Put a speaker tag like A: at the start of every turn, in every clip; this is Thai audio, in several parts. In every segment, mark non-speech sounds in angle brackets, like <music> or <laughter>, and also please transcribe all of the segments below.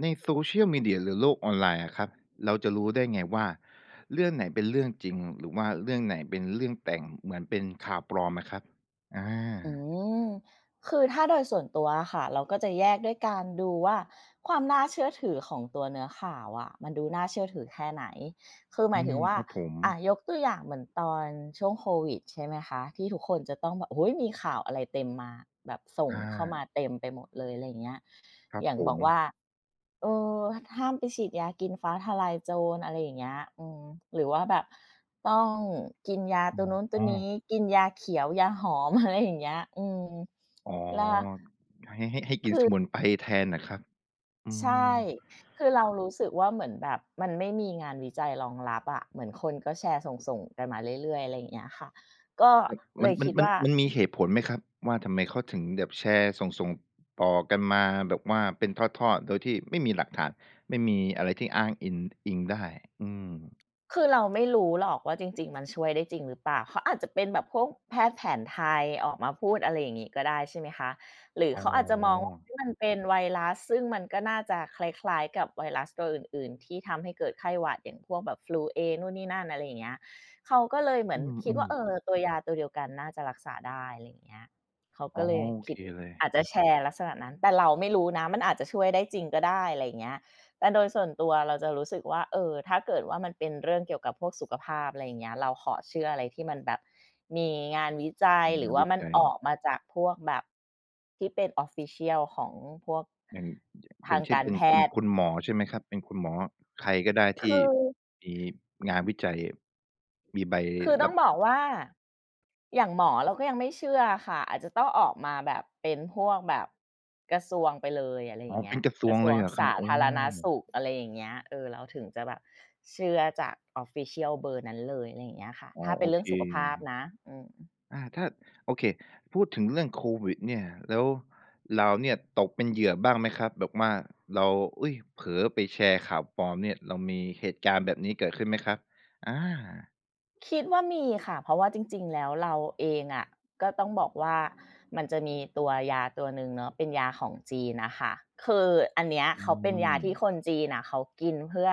A: ใน Social Media หรือโลกออนไลน์อะครับเราจะรู้ได้ไงว่าเรื่องไหนเป็นเรื่องจริงหรือว่าเรื่องไหนเป็นเรื่องแต่งเหมือนเป็นข่าวปลอมอะครับอ
B: อื
A: า
B: มคือถ้าโดยส่วนตัวอะค่ะเราก็จะแยกด้วยการดูว่าความน่าเชื่อถือของตัวเนื้อข่าวอะมันดูน่าเชื่อถือแค่ไหนคือหมา
A: อื
B: ยถึ
A: ม
B: งว่า
A: ครับผม
B: อ่ะยกตัวอย่างเหมือนตอนช่วงโควิดใช่ไหมคะที่ทุกคนจะต้องแบบโอ้ยมีข่าวอะไรเต็มมาแบบส่ง
A: อา
B: เข้ามาเต็มไปหมดเลยอะไรอย่างเงี้ย
A: ครับ
B: อย่าง
A: ผ
B: บอ
A: ม
B: กว่า เออห้ามไปฉีดยากินฟ้าทะลายโจรอะไรอย่างเงี้ยอืมหรือว่าแบบต้องกินยาตัวนู้นตั
A: อ๋
B: ว
A: อ
B: นี้กินยาเขียวยาหอม <laughs> อะไรอย่างเงี้ยอืม
A: อ๋อ
B: แล้ว
A: ให้กินสมุนไพรแทนเหรอครับอื
B: ใช่
A: ม
B: คือเรารู้สึกว่าเหมือนแบบมันไม่มีงานวิจัยรองรับอะเหมือนคนก็แชร์ส่งๆกันมาเรื่อยๆอะไรอย่างเงี้ยค่ะก็
A: แต่
B: เล
A: มัน
B: ย
A: มัน
B: คิด
A: มัน
B: ว่า
A: มันมีเหตุผลไหมครับว่าทำไมเขาถึงแบบแชร์ส่งๆต่อกันมาแบบว่าเป็นทอดๆโดยที่ไม่มีหลักฐานไม่มีอะไรที่อ้างอิงได้อืม
B: คือเราไม่รู้หรอกว่าจริงๆมันช่วยได้จริงหรือเปล่าเขาอาจจะเป็นแบบพวกแพทย์แผนไทยออกมาพูดอะไรอย่างงี้ก็ได้ใช่ไหมคะหรือ
A: อ๋อ
B: เขาอาจจะมองว่าเฮ้ยมันเป็นไวรัสซึ่งมันก็น่าจะคล้ายๆกับไวรัสตัวอื่นๆที่ทำให้เกิดไข้หวัดอย่างพวกแบบ flu เนู่นนี่นั่นอะไรอย่างเงี้ยเขาก็เลยเหมือ
A: อื
B: นคิด
A: ม
B: ว่าเออ
A: ๆ
B: ตัวยาตัวเดียวกันน่าจะรักษาได้อะไรอย่างเงี้ยเขา
A: อ๋
B: ก็
A: อ
B: เลย
A: โอเค
B: คิด
A: เลย
B: อาจจะแชร์ลักษณะนั้นแต่เราไม่รู้นะมันอาจจะช่วยได้จริงก็ได้อะไรอย่างเงี้ย แต่โดยส่วนตัวเราจะรู้สึกว่าเออถ้าเกิดว่ามันเป็นเรื่องเกี่ยวกับพวกสุขภาพอะไรอย่างเงี้ยเราขอเชื่ออะไรที่มันแบบมีงานวิจัย
A: เป็น
B: หรื
A: งา
B: อ
A: น
B: ว่า
A: วิ
B: มัน
A: จัย
B: ออกมาจากพวกแบบที่เป็น official ของพวก
A: อย่างอย่างอ
B: ทา
A: ย่า
B: ง
A: งเช่น
B: การ
A: เป็น
B: แพ
A: คุณ
B: ทย์
A: คุณหมอใช่ไหมครับเป็นคุณหมอใครก็ได้
B: คื
A: ที่
B: อ
A: มีงานวิจัยมีใบ
B: คือต้
A: รั
B: อง
A: บ
B: บ
A: รอ
B: อ
A: ง
B: กว่า อย่างหมอเราก็ยังไม่เชื่อค่ะอาจจะต้องออกมาแบบเป็นพวกแบบกระทรวงไปเลยอะไรอ
A: อ๋อ
B: ย่างเงี้
A: เป็
B: ย
A: นกระทร
B: ก
A: ว
B: ระ
A: ง
B: ทร
A: เล
B: วง
A: ยเหรอครับ
B: สา
A: โอ้
B: ธารณสุ
A: อ
B: ขอะไรอย่างเงี้ยเออเราถึงจะแบบเชื่อจาก official เบอร์นั้นเลยอะไรอย่างเงี้ยค่ะ
A: อ๋อ
B: ถ้าเป็
A: โอ
B: นเรื่อ
A: เค
B: งสุขภาพนะอืม
A: ถ้าโอเคพูดถึงเรื่องโควิดเนี่ยแล้วเราเนี่ยตกเป็นเหยื่อบ้างไหมครับแบบว่าเราอุ๊ยเผลอไปแชร์ข่าวปลอมเนี่ยเรามีเหตุการณ์แบบนี้เกิดขึ้นไหมครับอา
B: คิดว่ามีค่ะเพราะว่าจริงๆแล้วเราเองอะก็ต้องบอกว่ามันจะมีตัวยาตัวหนึ่งเนาะเป็นยาของจีนน่ะค่ะคืออันเนี้ย
A: อื
B: เขาเป็น
A: ม
B: ยาที่คนจีนน่ะเขากินเพื่อ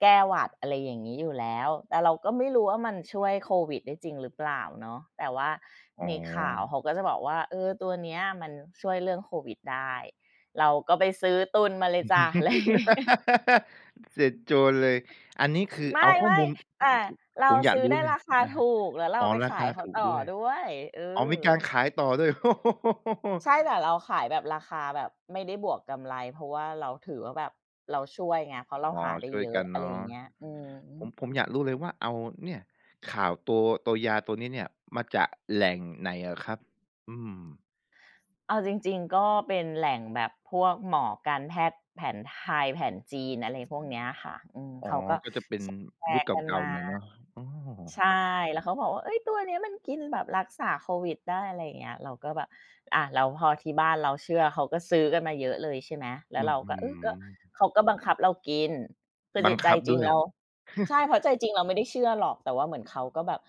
B: แก้หวัดอะไรอย่างงี้อยู่แล้วแต่เราก็ไม่รู้ว่ามันช่วยโควิดได้จริงหรือเปล่าเนาะแต่ว่า
A: อ๋
B: ในข่าว
A: อ
B: เขาก็จะบอกว่าเออตัวเนี้ยมันช่วยเรื่องโควิดได้เราก็ไปซื้อตุนมาเลยจ้ะอะไรอย่างงี้
A: <laughs> เสร็จโจรเลย อันนี้คือ
B: ไม่
A: เอาข้อ
B: ไม่
A: มูล
B: แต่าเรา
A: ผมอยาก
B: ซื้อ
A: รู้
B: ได้
A: เลย
B: ราคา
A: <laughs> อะ
B: ถู
A: ฮะ
B: กแล้วเรา
A: อ๋อ
B: ไป
A: รา
B: ขาย
A: คา
B: เขา
A: ถูก
B: ต่อ
A: ด้วย
B: ด้วยเอ
A: อ๋อมีการ
B: อ
A: ขายต่อด้วย <laughs>
B: ใช่แต่เราขายแบบราคาแบบไม่ได้บวกกำไรเพราะว่าเราถือว่าแบบเราช่วยไงเพราะเรา
A: อ๋อ
B: หาได้
A: ช่วย
B: เยอะ
A: กัน
B: อะไรอ
A: เนาะ
B: ย่างเงี้ยอืม
A: ผมอยากรู้เลยว่าเอาเนี่ยข่าวตัวยาตัวนี้เนี่ยมาจากแหล่งไหนเหครับอืม
B: เอาจริงๆก็เป็นแหล่งแบบพวกหมอการแพทย์แผนไทยแผนจีนอะไรพวกเนี้ยค่ะอืม
A: อ๋อ
B: เขาก็
A: ก็จะเป็น
B: แชแช
A: ยุค
B: ร์
A: เ
B: กัน
A: ก่า
B: มา
A: ๆหน่อยเนาะอ๋อ
B: ใช่แล้วเขาบอกว่าเฮ้ยตัวเนี้ยมันกินแบบรักษาโควิดได้อะไรอย่างเงี้ยเราก็แบบอาแล้วพอที่บ้านเราเชื่อเขาก็ซื้อกันมาเยอะเลยใช่ไหมแล้ว
A: อืม
B: เราก็เออก็
A: ออ
B: เขาก็บังคับเรากินคือ
A: บั
B: จิ
A: ง
B: ตใจ
A: คับ
B: จริง
A: ด้วย
B: เราใช่เพ
A: <laughs>
B: ราะใจจริงเราไม่ได้เชื่อหรอกแต่ว่าเหมือนเขาก็แบบ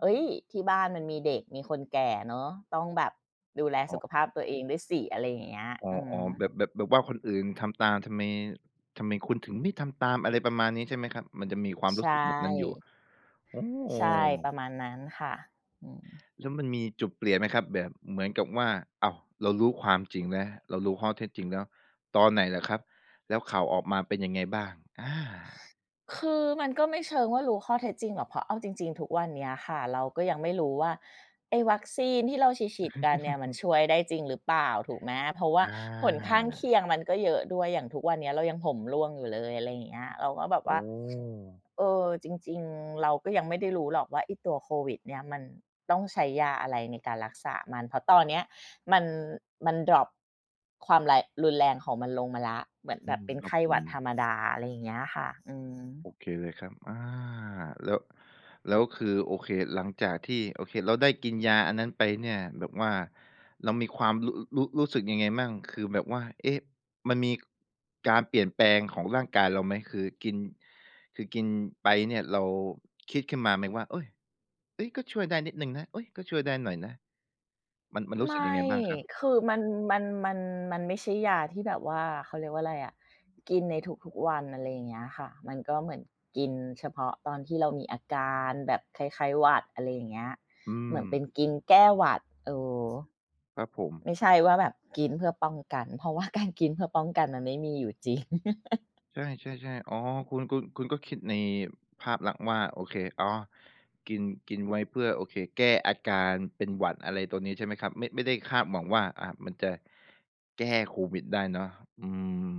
B: เฮ้ยที่บ้านมันมีเด็กมีคนแก่เนาะต้องแบบดูแลสุขภาพตัวเองด้วยสิอะไรอย่างเงี้ย
A: อ๋อ
B: อือ
A: ออแบบ
B: ฮึ
A: แบบแบบว่าคนอื่นทำตามทำไมทำไมคุณถึงไม่ทำตามอะไรประมาณนี้ใช่ไหมครับมันจะมีความรู้
B: ใช่
A: สึกแบบนั้นอยู่โอ้
B: ใช่ประมาณนั้นค่ะอืม
A: แล้วมันมีจุดเปลี่ยนไหมครับแบบเหมือนกับว่าอ้าวเรารู้ความจริงแล้วเรารู้ข้อเท็จจริงแล้วตอนไหนเหรอครับ แล้วข่าวออกมาเป็นยังไงบ้างอา
B: คือมันก็ไม่เชิงว่ารู้ข้อเท็จจริงหรอกเพราะเอาจริงๆทุกวันเนี้ยค่ะเราก็ยังไม่รู้ว่าไอ้วัคซีนที่เราฉีดๆกันเนี่ยมันช่วยได้จริงหรือเปล่าถูกไหมเพราะว่า
A: อ
B: ผล
A: า
B: ข้างเคียงมันก็เยอะด้วยอย่างทุกวันเนี้ยเรายังผมร่วงอยู่เลยอะไรอย่างเงี้ยเราก็แบบว่า
A: โอ้
B: เออจริงๆเราก็ยังไม่ได้รู้หรอกว่าไอ้ตัวโควิดเนี่ยมันต้องใช้ยาอะไรในการรักษามันเพราะตอนเนี้ยมันดร็อปความไรรุนแรงของมันลงมาแล้วเหมือน
A: อื
B: แบบ
A: ม
B: เป็น
A: ครับ
B: ไข้
A: ผ
B: หวั
A: ม
B: ดธรรมดาอะไรอย่างเงี้ยค่ะอืม
A: โอเคเลยครับแล้วแล้วคือโอเคหลังจากที่โอเคเราได้กินยาอันนั้นไปเนี่ยแบบว่าเรามีความรู้สึกยังไงมั่งคือแบบว่าเอ๊ะมันมีการเปลี่ยนแปลงของร่างกายเราไหมคือกินไปเนี่ยเราคิดขึ้นมาไหมว่าเฮ้ยเฮ้ยก็ช่วยได้นิดหนึ่งนะเฮ้ยก็ช่วยได้หน่อยนะมันรู้สึกยั
B: ไม่
A: งไงบ้างครับ
B: คือมันมันมันไม่ใช่ยาที่แบบว่าเขาเรียกว่าอะไรอะกินในทุกๆวันอะไรอย่างเงี้ยค่ะมันก็เหมือนกินเฉพาะตอนที่เรามีอาการแบบคล้ายๆหวัดอะไรอย่างเงี้ย
A: อื
B: เหมือ
A: ม
B: นเป็นกินแก้หวัดเออ
A: ครับผม
B: ไม่ใช่ว่าแบบกินเพื่อป้องกันเพราะว่า <laughs> การกินเพื่อป้องกันมันไม่มีอยู่จริง
A: ใช่ๆๆอ๋อคุณก็คิดในภาพลักษณ์ว่าโอเคอ๋อกินกินไว้เพื่อโอเคแก้อาการเป็นหวัดอะไรตัวนี้ใช่ไหมครับไม่ได้คาดหวังว่ามันจะแก้โควิดได้เนาะอื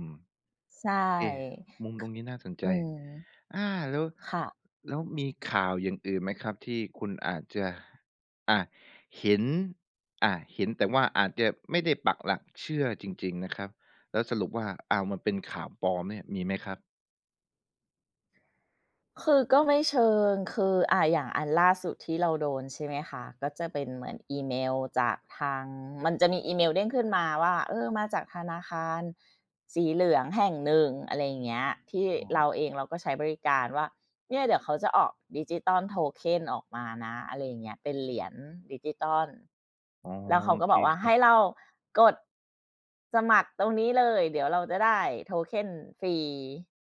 A: ม
B: <laughs> ใช
A: เอ๊
B: ่
A: มุมตรงนี้น่าสนใจ
B: อืม
A: แล้ว
B: ค่ะ
A: แล้วมีข่าวอย่างอื่นไหมครับที่คุณอาจจะอ่าเห็นเห็นแต่ว่าอาจจะไม่ได้ปักหลักเชื่อจริงๆนะครับแล้วสรุปว่าอ้าวมันเป็นข่าวปลอมเนี่ยมีไหมครับ
B: คือก็ไม่เชิง คืออย่างอันล่าสุดที่เราโดนใช่ไหมคะก็จะเป็นเหมือนอีเมลจากทางมันจะมีอีเมลเด้งขึ้นมาว่าเออมาจากธนาคารสีเหลืองแห่งหนึ่งอะไรอย่างเงี้ยที่
A: อ๋อ
B: เราเองเราก็ใช้บริการว่าเนี่ยเดี๋ยวเขาจะออกดิจิทัลโทเค็นออกมานะอะไรอย่างเงี้ยเป็นเหรียญดิจิทัล
A: อ๋อ
B: แล้วเขา
A: โอ
B: ก็
A: เค
B: บอกว่า
A: ครั
B: ให้
A: บ
B: เรากดสมัครตรงนี้เลยเดี๋ยวเราจะได้โทเค็นฟรี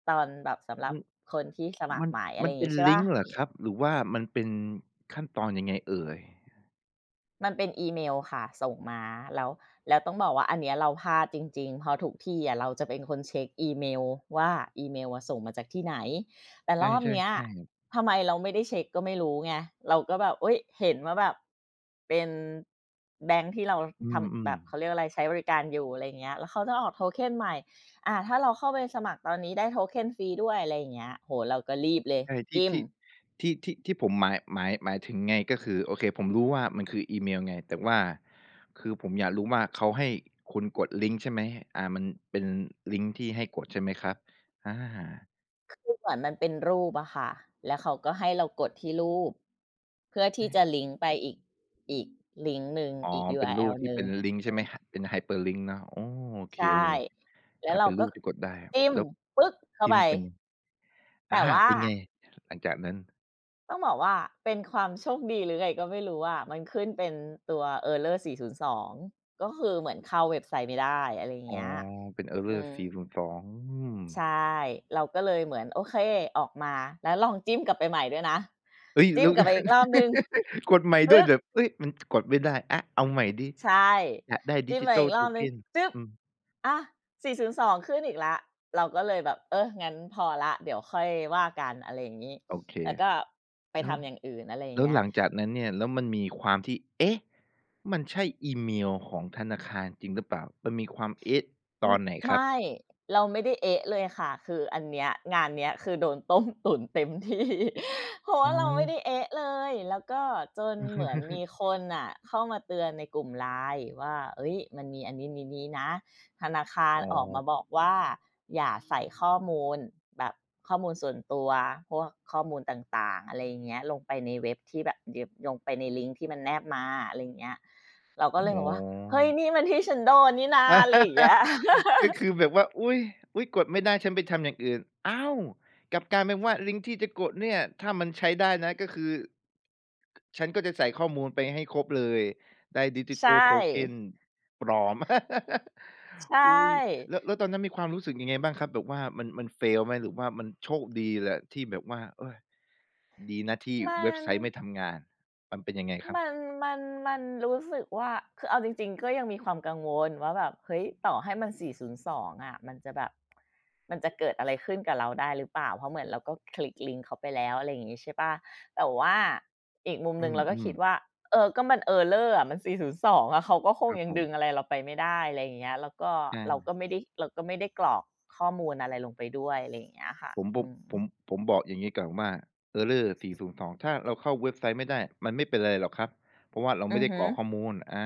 B: ตอนแบบสำหรั
A: อื
B: บ
A: อ
B: คนที่สมัค
A: มั
B: ร
A: น
B: ใหม่อะ
A: มั
B: ไร
A: น
B: อย่าง
A: เป็น
B: งี้ใช่เป
A: ลิง
B: ล่า
A: ก์เหรอครับหรือว่ามันเป็นขั้นตอนยังไงเอ่ย
B: มันเป็นอีเมลค่ะส่งมาแล้วแล้วต้องบอกว่าอันเนี้ยเราพลาดจริงๆเพราะทุกที่อะเราจะเป็นคนเช็กอีเมลว่าอีเมลอะส่งมาจากที่ไหนแต่
A: ใ
B: รอบเนี้ย
A: ช่ๆๆ
B: ทำไมเราไม่ได้เช็กก็ไม่รู้ไงเราก็แบบอุ๊ยเห็นว่าแบบเป็นแบงก์ที่เรา
A: อื
B: ทำแบ
A: ม
B: บเขาเรีย
A: ๆ
B: กอะไรใช้บริการอยู่อะไรอย่างเงี้ยแล้วเขาจะออก token ใหม่ถ้าเราเข้าไปสมัครตอนนี้ได้ token ฟรีด้วยอะไรอย่างเงี้ยโอ้โฮเราก็รีบเลย
A: ใช่ที่
B: จิ้ม
A: ที่ที่ที่ที่ผมหมายถึงไงก็คือโอเคผมรู้ว่ามันคืออีเมลไงแต่ว่าคือผมอยากรู้ว่าเขาให้คุณกดลิงก์ใช่ไหมมันเป็นลิงก์ที่ให้กดใช่ไหมครับอ
B: คือเหมือนมันเป็นรูปอะค่ะแล้วเขาก็ให้เรากดที่รูปเพื่อที่จะ
A: า
B: ลิงก์ไปอีกอีกลิงก์หนึ่ง
A: อ๋อ
B: อีก
A: เป็นรูป
B: URL ห
A: ที่
B: นึ่ง
A: เป็นลิงก์ใช่ไหมหเป็น hyperlink เนาะอ๋อโอเค
B: ใช่
A: เลย
B: แล้วเรา
A: เป็นรู
B: ก็
A: ปที่กดได้
B: จิ้ม
A: แล้ว
B: ปึ๊กเข้า
A: ท้
B: ไป
A: มเป็นไงอา
B: แต่ว่า
A: เป็นไงหลังจากนั้น
B: ต้องบอกว่าเป็นความโชคดีหรือไงก็ไม่รู้อะมันขึ้นเป็นตัว Error 402ก็คือเหมือนเข้าเว็บไซต์ไม่ได้อะไรอย่าง
A: อ๋อ
B: เงี้ย
A: เป็น
B: อื
A: Error
B: ม
A: 402องอืม
B: ใช่เราก็เลยเหมือนโอเคออกมาแล้วลองจิ้มกลับไปใหม่ด้วยนะ
A: เฮ้ย
B: จิ้ม
A: แล้ว
B: กลับไปอีกรอบหนึ่ง
A: <laughs> กดใหม่
B: ปึ๊
A: ด้วย
B: ก
A: แบบเฮ้ยมันกดไม่ได้เอาใหม่ดิ
B: ใช่
A: อยากได้
B: จิ้มมา
A: Digital
B: อีกรอบหนึ่ง
A: Token
B: จึ๊บ
A: อืม
B: อา4อ2ขึ้นอีกแล้ว เราก็เลยแบบ เออ งั้นพอแล้วเดี๋ยวค่อยว่ากันอะไรอย่างงี้
A: โอเค
B: แล้วก็ไป
A: แล้ว
B: ทำอย่างอื่นอะไรอย่าง
A: แล้ว
B: เงี้
A: ห
B: ย
A: ลังจากนั้นเนี่ยแล้วมันมีความที่เอ๊ะมันใช่อีเมลของธนาคารจริงหรือเปล่ามันมีความเอ๊ะต
B: อื
A: อ
B: ม
A: นไหนครับ
B: ไม่เราไม่ได้เอ๊ะเลยค่ะคืออันเนี้ยงานเนี้ยคือโดนต้มตุ๋นเต็มที่ <laughs> เพราะ
A: อ๋
B: ว่า
A: อ
B: เราไม่ได้เอ๊ะเลยแล้วก็จนเหมือนมี
A: <laughs>
B: คนน่ะเข้ามาเตือนในกลุ่ม LINE ว่าเฮ้ยมันมีอันนี้ๆๆนะธนาคาร
A: อ๋อ
B: ออกมาบอกว่าอย่าใส่ข้อมูลแบบข้อมูลส่วนตัวพวกข้อมูลต่างๆอะไรอย่างเงี้ยลงไปในเว็บที่แบบเย็บลงไปในลิงก์ที่มันแนบมาอะไรอย่างเงี้ยเรา
A: <laughs>
B: ก็
A: อ๋
B: เลยบอกว่าเฮ้ย
A: อ
B: นี่มันที่ฉันโดนนี่นาอะไรอย่างเงี้ย
A: ก็คือแบบว่า อุ๊ยอุ๊ยกดไม่ได้ฉันไปทำอย่างอื่นอ้าวกลับกลายเป็นว่าลิงก์ที่จะกดเนี่ย ถ้ามันใช้ได้นะก็คือ ฉันก็จะใส่ข้อมูลไปให้ครบเลย ได้
B: ใช่
A: Digital Token ปลอม <laughs>
B: ใช
A: อุ๊ย
B: ่
A: แล้วแล้วตอนนั้นมีความรู้สึกยังไงบ้างครับ แบบว่ามัน fail ไหม หรือว่ามันโชคดีแหละที่แบบว่าเฮ้ยดีนะที่
B: มั
A: เว็บ
B: น
A: ไซต์ไม่ทำงานมันเป็นยังไงครับ
B: มันมันมันรู้สึกว่าคือเอาจริงๆก็ยังมีความกังวลว่าแบบเฮ้ยต่อให้มัน402องอะมันจะแบบมันจะเกิดอะไรขึ้นกับเราได้หรือเปล่าเพราะเหมือนเราก็คลิกลิงก์เขาไปแล้วอะไรอย่างงี้ใช่เปล่าแต่ว่าอีกมุม
A: อื
B: หนึ่งเราก็
A: ม
B: คิดว่า
A: ๆ
B: เออก็มัน Error อะมัน402องอะเขาก็ค
A: ค
B: ง
A: รับ
B: ยัง
A: ผ
B: ดึงอะ
A: ม
B: ไรเราไปไม่ได้อะไรอย่างเงี้ยแล้วก็
A: ใช่
B: เราก็ไม่ได้กรอกข้อมูลอะไรลงไปด้วยอะไรอย่างเงี้ยค่ะ
A: ผมผ
B: อื
A: ม
B: ม
A: ผมผมบอกอย่างนี้ก่อนว่า Error 402ถ้าเราเข้าเว็บไซต์ไม่ได้มันไม่เป็นไรหรอกครับเพราะว่าเรา
B: อื
A: ไม่
B: อ
A: ได้ก
B: ฮึ
A: รอกข้อมูล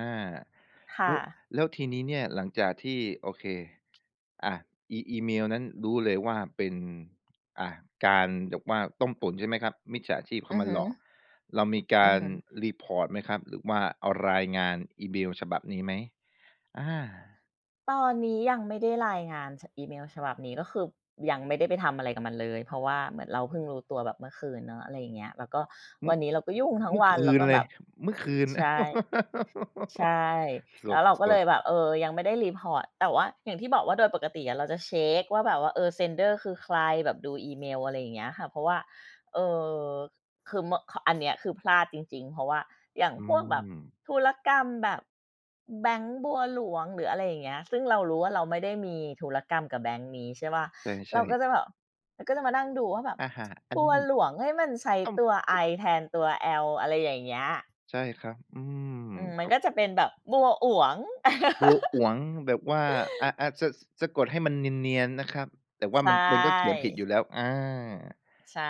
B: ค่ะ
A: แล้วแล้วทีนี้เนี่ยหลังจากที่โอเคอ่าอีเมลนั้นรู้เลยว่าเป็นอ่าการแบบว่าต้มตุ๋นใช่ไหมครับมิจฉาชีพเข้า
B: อือ
A: มา
B: ฮึ
A: หลอกเรามีกา
B: อือ
A: ร
B: ฮึ
A: report ไหมครับหรือว่าเอารายงานอีเมลฉบับนี้ไหมอา
B: ตอนนี้ยังไม่ได้รายงานอีเมลฉบับนี้ก็คือยังไม่ได้ไปทำอะไรกับมันเลยเพราะว่าเหมือนเราเพิ่งรู้ตัวแบบเมื่อคืนเนอะอะไรอย่างเงี้ยแล้วก็วันนี้เราก็ยุ่งทั้ง
A: เมื่อ
B: วัน
A: เมื่อคื
B: แล้ว
A: น
B: ก็
A: เล
B: แบ
A: ย
B: บ
A: เมื่อคืน
B: ใช่ ใช่
A: <laughs>
B: แล้วเราก็
A: ส
B: เล
A: ด
B: ยแบ
A: ๆ
B: บเออยังไม่ได้รีพอร์ตแต่ว่าอย่างที่บอกว่าโดยปกติอะเราจะเช็กว่าแบบว่าเออ sender คือใครแบบดูอีเมลอะไรอย่างเงี้ยค่ะเพราะว่าเอ่อคือเมื่อขอันเนี้ยคือพลาดจริงๆเพราะว่าอย่าง
A: อื
B: พวกแบบ
A: ม
B: ธุรกรรมแบบแบงก์บัวหลวงหรืออะไรอย่างเงี้ยซึ่งเรารู้ว่าเราไม่ได้มีธุรกรรมกับแบงก์นี้ใช่เปล่า
A: ใ
B: เรา
A: ช่
B: ก็
A: ๆ
B: จะแบบเราก็จะมานั่งดูว่าแบบ
A: อาหาอัน
B: บัว
A: นี้
B: หลวงเฮ้ยมันใช้
A: ต้อง
B: ตัว I แทนตัว L อะไรอย่างเงี้ย
A: ใช่ครับอืม
B: อืมมั
A: ก
B: นก็จะเป็นแบบบัวอ๋วง
A: บ
B: <laughs>
A: ลัวก๋วงแบบว่าอาอาสะสะกดให้มันเนียนๆนะครับแต่ว่า
B: ใช
A: มันก็เขียน
B: ่
A: ผิดอยู่แล้ว
B: ใช่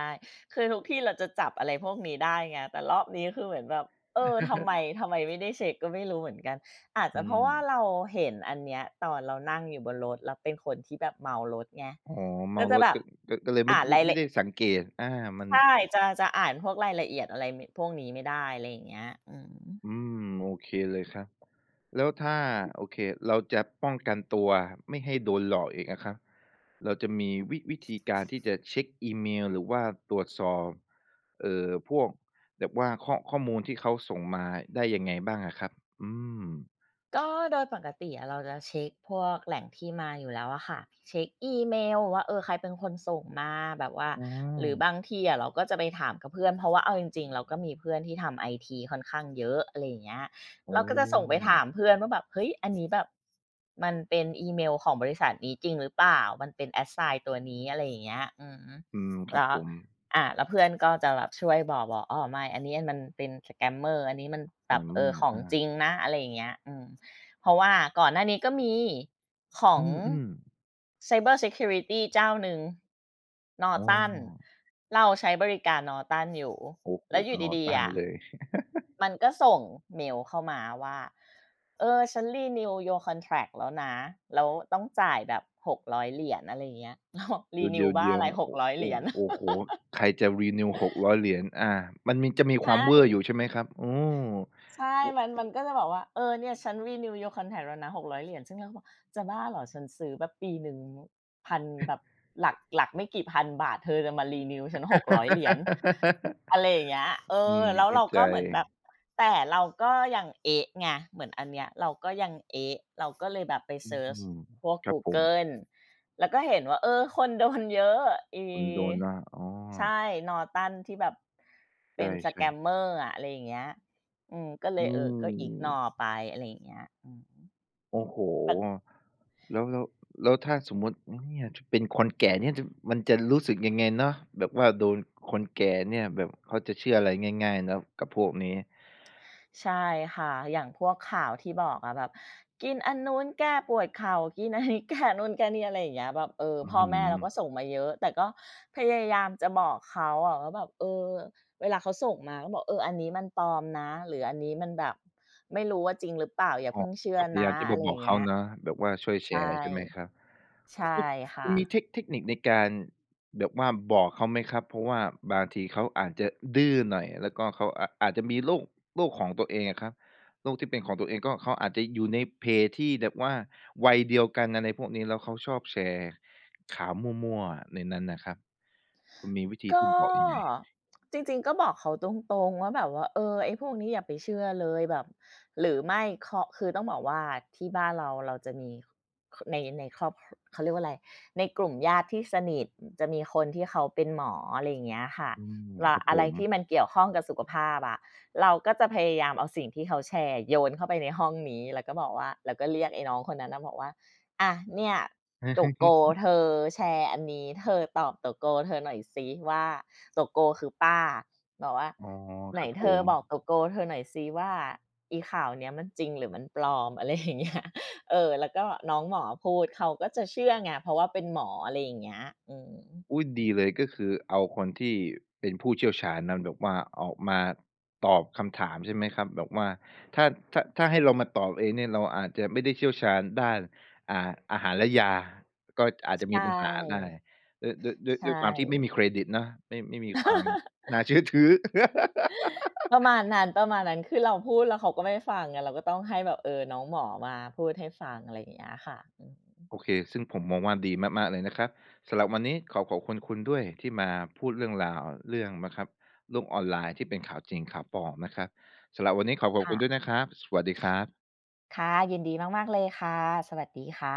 B: คือทุกที่เราจะจับอะไรพวกนี้ได้ไงแต่รอบนี้คือเหมือนแบบเออทำไม
A: <laughs>
B: ทำไมไม่ได้เช็กก็ไม่รู้เหมือนกันอาจจะ
A: อื
B: เพราะ
A: ม
B: ว่าเราเห็นอันเนี้ยตอนเรานั่งอยู่บนรถแล้วเป็นคนที่แบบเมารถไง
A: อ๋อ
B: ก็
A: เมา
B: จะ
A: รถ
B: แบบ
A: ก็เลยไม่
B: อ่าน
A: ไม่
B: ราย
A: ไม่
B: ละ
A: ได้สังเกตมัน
B: ใช่จะจะอ่านพวกรายละเอียดอะไรมพวกนี้ไม่ได้อะไรอย่างเงี้ยอืม
A: อืมโอเคเลยครับ แล้วถ้าโอเคเราจะป้องกันตัวไม่ให้โดนหลอกอีกอะครับเราจะมีวิธีการที่จะเช็กอีเมลหรือว่าตรวจสอบพวกแบบว่าข้อมูลที่เขาส่งมาได้ยังไงบ้างอะครับอืม
B: ก็โดยปกติอะเราจะเช็คพวกแหล่งที่มาอยู่แล้วอะค่ะเช็คอีเมลว่าใครเป็นคนส่งมาแบบว่า
A: อ
B: หรือ
A: า
B: บางทีอะเราก็จะไปถามกับเพื่อนเพราะว่าเอาจริงๆเราก็มีเพื่อนที่ทำไอทีค่อนข้างเยอะอะไรอย่างเงี้ย
A: โอ
B: เราก็จะส่งไป
A: ้
B: ถามเพื่อนว่าแบบเฮ้ยอันนี้แบบมันเป็นอีเมลของบริษัทนี้จริงหรือเปล่ามันเป็น assign ตัวนี้อะไรอย่างเงี้ยอือฮึ
A: อืมครับ
B: แล้ว
A: ผม
B: แล้วเพื่อนก็จะแบบช่วยบอกอ๋อไม่อันนี้มันเป็น scammer อันนี้มันแบบ
A: Scammer
B: ของจริ
A: อา
B: งนะอะไรอย่างเงี้ยอืม เพราะว่าก่อนหน้านี้ก็มีของ
A: อืม
B: Cyber Security เจ้าหนึ่ง
A: ๆอ๋
B: Norton
A: อ
B: เราใช้บริการ Norton อยู่
A: โอ้โฮ
B: แล้วอยู่
A: นอน
B: ดีๆ
A: ลั่น
B: อะ
A: เลย
B: มันก็ส่งเมลเข้ามาว่าฉัน renew your contract แล้วนะแล้วต้องจ่ายแบบ $600 อยเหรียญอะไรอย่างเงี้ย <laughs> เราบอก
A: เด
B: "renew บ้า
A: ี๋
B: อะ
A: ยว
B: ไร
A: ๆๆโอ้โอ้
B: $600"
A: โอ้โฮ
B: <laughs>
A: ใครจะ renew $600 อยเหรียญอามันจะมีค
B: ใช่
A: วามเว่อร์อยู่ใช่ไหมครับอืม
B: ใช่มันก็จะบอกว่า เนี่ยฉัน renew your contract แล้วนะ $600" ซึ่งเราก็บอก จะบ้าเหรอฉันซื้อแบบปีหนึ่งพันแบบหลักไม่กี่พันบาทเธอจะมา renew ฉัน $600" อะไรอย่างเงี้ย
A: อืม
B: แล้ว
A: เข้า
B: เรา
A: ใจ
B: ก็เหมือนแบบแต่เราก็ยังเอ๊ะไงเหมือนอันเนี้ยเราก็ยังเอ๊ะเราก็เลยแบบไป
A: อื
B: เซิร์ช
A: ม
B: พวก
A: ครับ
B: กู
A: ผม
B: เกิลแล้วก็เห็นว่าคนโดนเยอะอี
A: คุณโดนว่าอ๋อ
B: ใช่ Norton ที่แบบ
A: ใช
B: เป็น
A: ่ๆ
B: Scammer อะอะไรอย่างเงี้ยอืมก็เล
A: อื
B: ยก็ ignore
A: ม
B: ไปอะไรอย่างเงี้ยอืม
A: โอ้โฮแล้วแล้วแล้วถ้าสมมุติเนี่ยจะเป็นคนแก่เนี่ยจะมันจะรู้สึกยังไงเนาะแบบว่าโดนคนแก่เนี่ยแบบเขาจะเชื่ออะไรง่ายๆเนาะกับพวกนี้
B: ใช่ค่ะอย่างพวกข่าวที่บอกอะแบบกินอันนู้นแก้ปวดเข่ากินอันนี้แก้นู่นแก้นี่อะไรอย่างเงี้ยแบบ
A: อื้อ
B: พ่อ
A: ฮื
B: แม่
A: อ
B: เราก็ส่งมาเยอะแต่ก็พยายามจะบอกเขาอะว่าแบบเวลาเขาส่งมาก็บอกอันนี้มันปลอมนะหรืออันนี้มันแบบไม่รู้ว่าจริงหรือเปล่าอย่า
A: อ๋อ
B: เพิ่งเชื่อ
A: ก็พยา
B: นะ
A: ยามที่
B: อะ
A: จะ
B: ไร
A: บ
B: อ
A: อก
B: ย่าง
A: เขา
B: เงี้ย
A: นะแบบว่าช่วยแช
B: ใช่
A: ร์ใช่ไหมครับคุณ
B: ใช่
A: คุ
B: ค่ะ
A: ณมีเทคนิคในการแบบว่าบอกเขาไหมครับเพราะว่าบางทีเขาอาจจะดื้อหน่อยแล้วก็เขาอาจจะมีโลกของตัวเองอะครับโลกที่เป็นของตัวเองก็เขาอาจจะอยู่ในเพจที่แบบว่าวัยเดียวกันอะไรพวกนี้แล้วเขาชอบแชร์ข่าวมั่วๆในนั้นน่ะครับคุณมีวิธี
B: ก็
A: ที่บอกยังไง
B: จริงๆก็บอกเขาตรงๆว่าแบบว่าไอ้พวกนี้อย่าไปเชื่อเลยแบบหรือไม่คคือต้องบอกว่าที่บ้านเราเราจะมีในครอบเขาเรียกว่าอะไรในกลุ่มญาติที่สนิทจะมีคนที่เขาเป็นหมออะไรอย่างเงี้ยค่ะ
A: อืม
B: เรา
A: ครับผ
B: อะไร
A: ม
B: ที่มันเกี่ยวข้องกับสุขภาพอะเราก็จะพยายามเอาสิ่งที่เขาแชร์โยนเข้าไปในห้องนี้แล้วก็บอกว่าแล้วก็เรียกไอ้น้องคนนั้นน่ะบอกว่าอะเนี่ย โตโก
A: <laughs>
B: เธอแชร์อันนี้เธอตอบโตโกเธอหน่อยซิว่าโตโกคือป้าบอกว่า
A: อ๋อ
B: ไหน
A: ครับผ
B: เธอ
A: ม
B: บอกโตโกเธอหน่อยซิว่าอีข่าวเนี้ยมันจริงหรือมันปลอม <laughs> อะไรอย่างเงี้ยแล้วก็น้องหมอพูดเขาก็จะเชื่อไงเพราะว่าเป็นหมออะไรอย่างเงี้ยอืม
A: อุ๊ยดีเลยก็คือเอาคนที่เป็นผู้เชี่ยวชาญนั้นแบบว่าออกมาตอบคำถามใช่ไหมครับแบบว่าถ้าถ้าให้เรามาตอบเองเนี่ยเราอาจจะไม่ได้เชี่ยวชาญด้านอ่าอาหารและยาก็อาจจะ
B: ใช
A: มีปัญหาได้
B: ่
A: ด้วยด้วยด้วย
B: ใช่
A: ด้วยความที่ไม่มีเครดิตเนาะไม่มีความ
B: <laughs>
A: น่าเชื่อถือ
B: ประมาณนั้นประมาณนั้นคือเราพูดแล้วเขาก็ไม่ฟังไงเราก็ต้องให้แบบน้องหมอมาพูดให้ฟังอะไรอย่างเงี้ยค่ะอืม
A: โอเคซึ่งผมมองว่าดีมากๆเลยนะครับ สำหรับวันนี้ขอขอบคุณคุณด้วยที่มาพูดเรื่องนะครับโลกออนไลน์ที่เป็นข่าวจริงข่าวปลอมนะครับสำหรับวันนี้ขอขอบคุณด้วย
B: ค่ะ
A: นะครับ สวัสดีครับ
B: ค่ะยินดีมากๆเลยค่ะสวัสดีค่ะ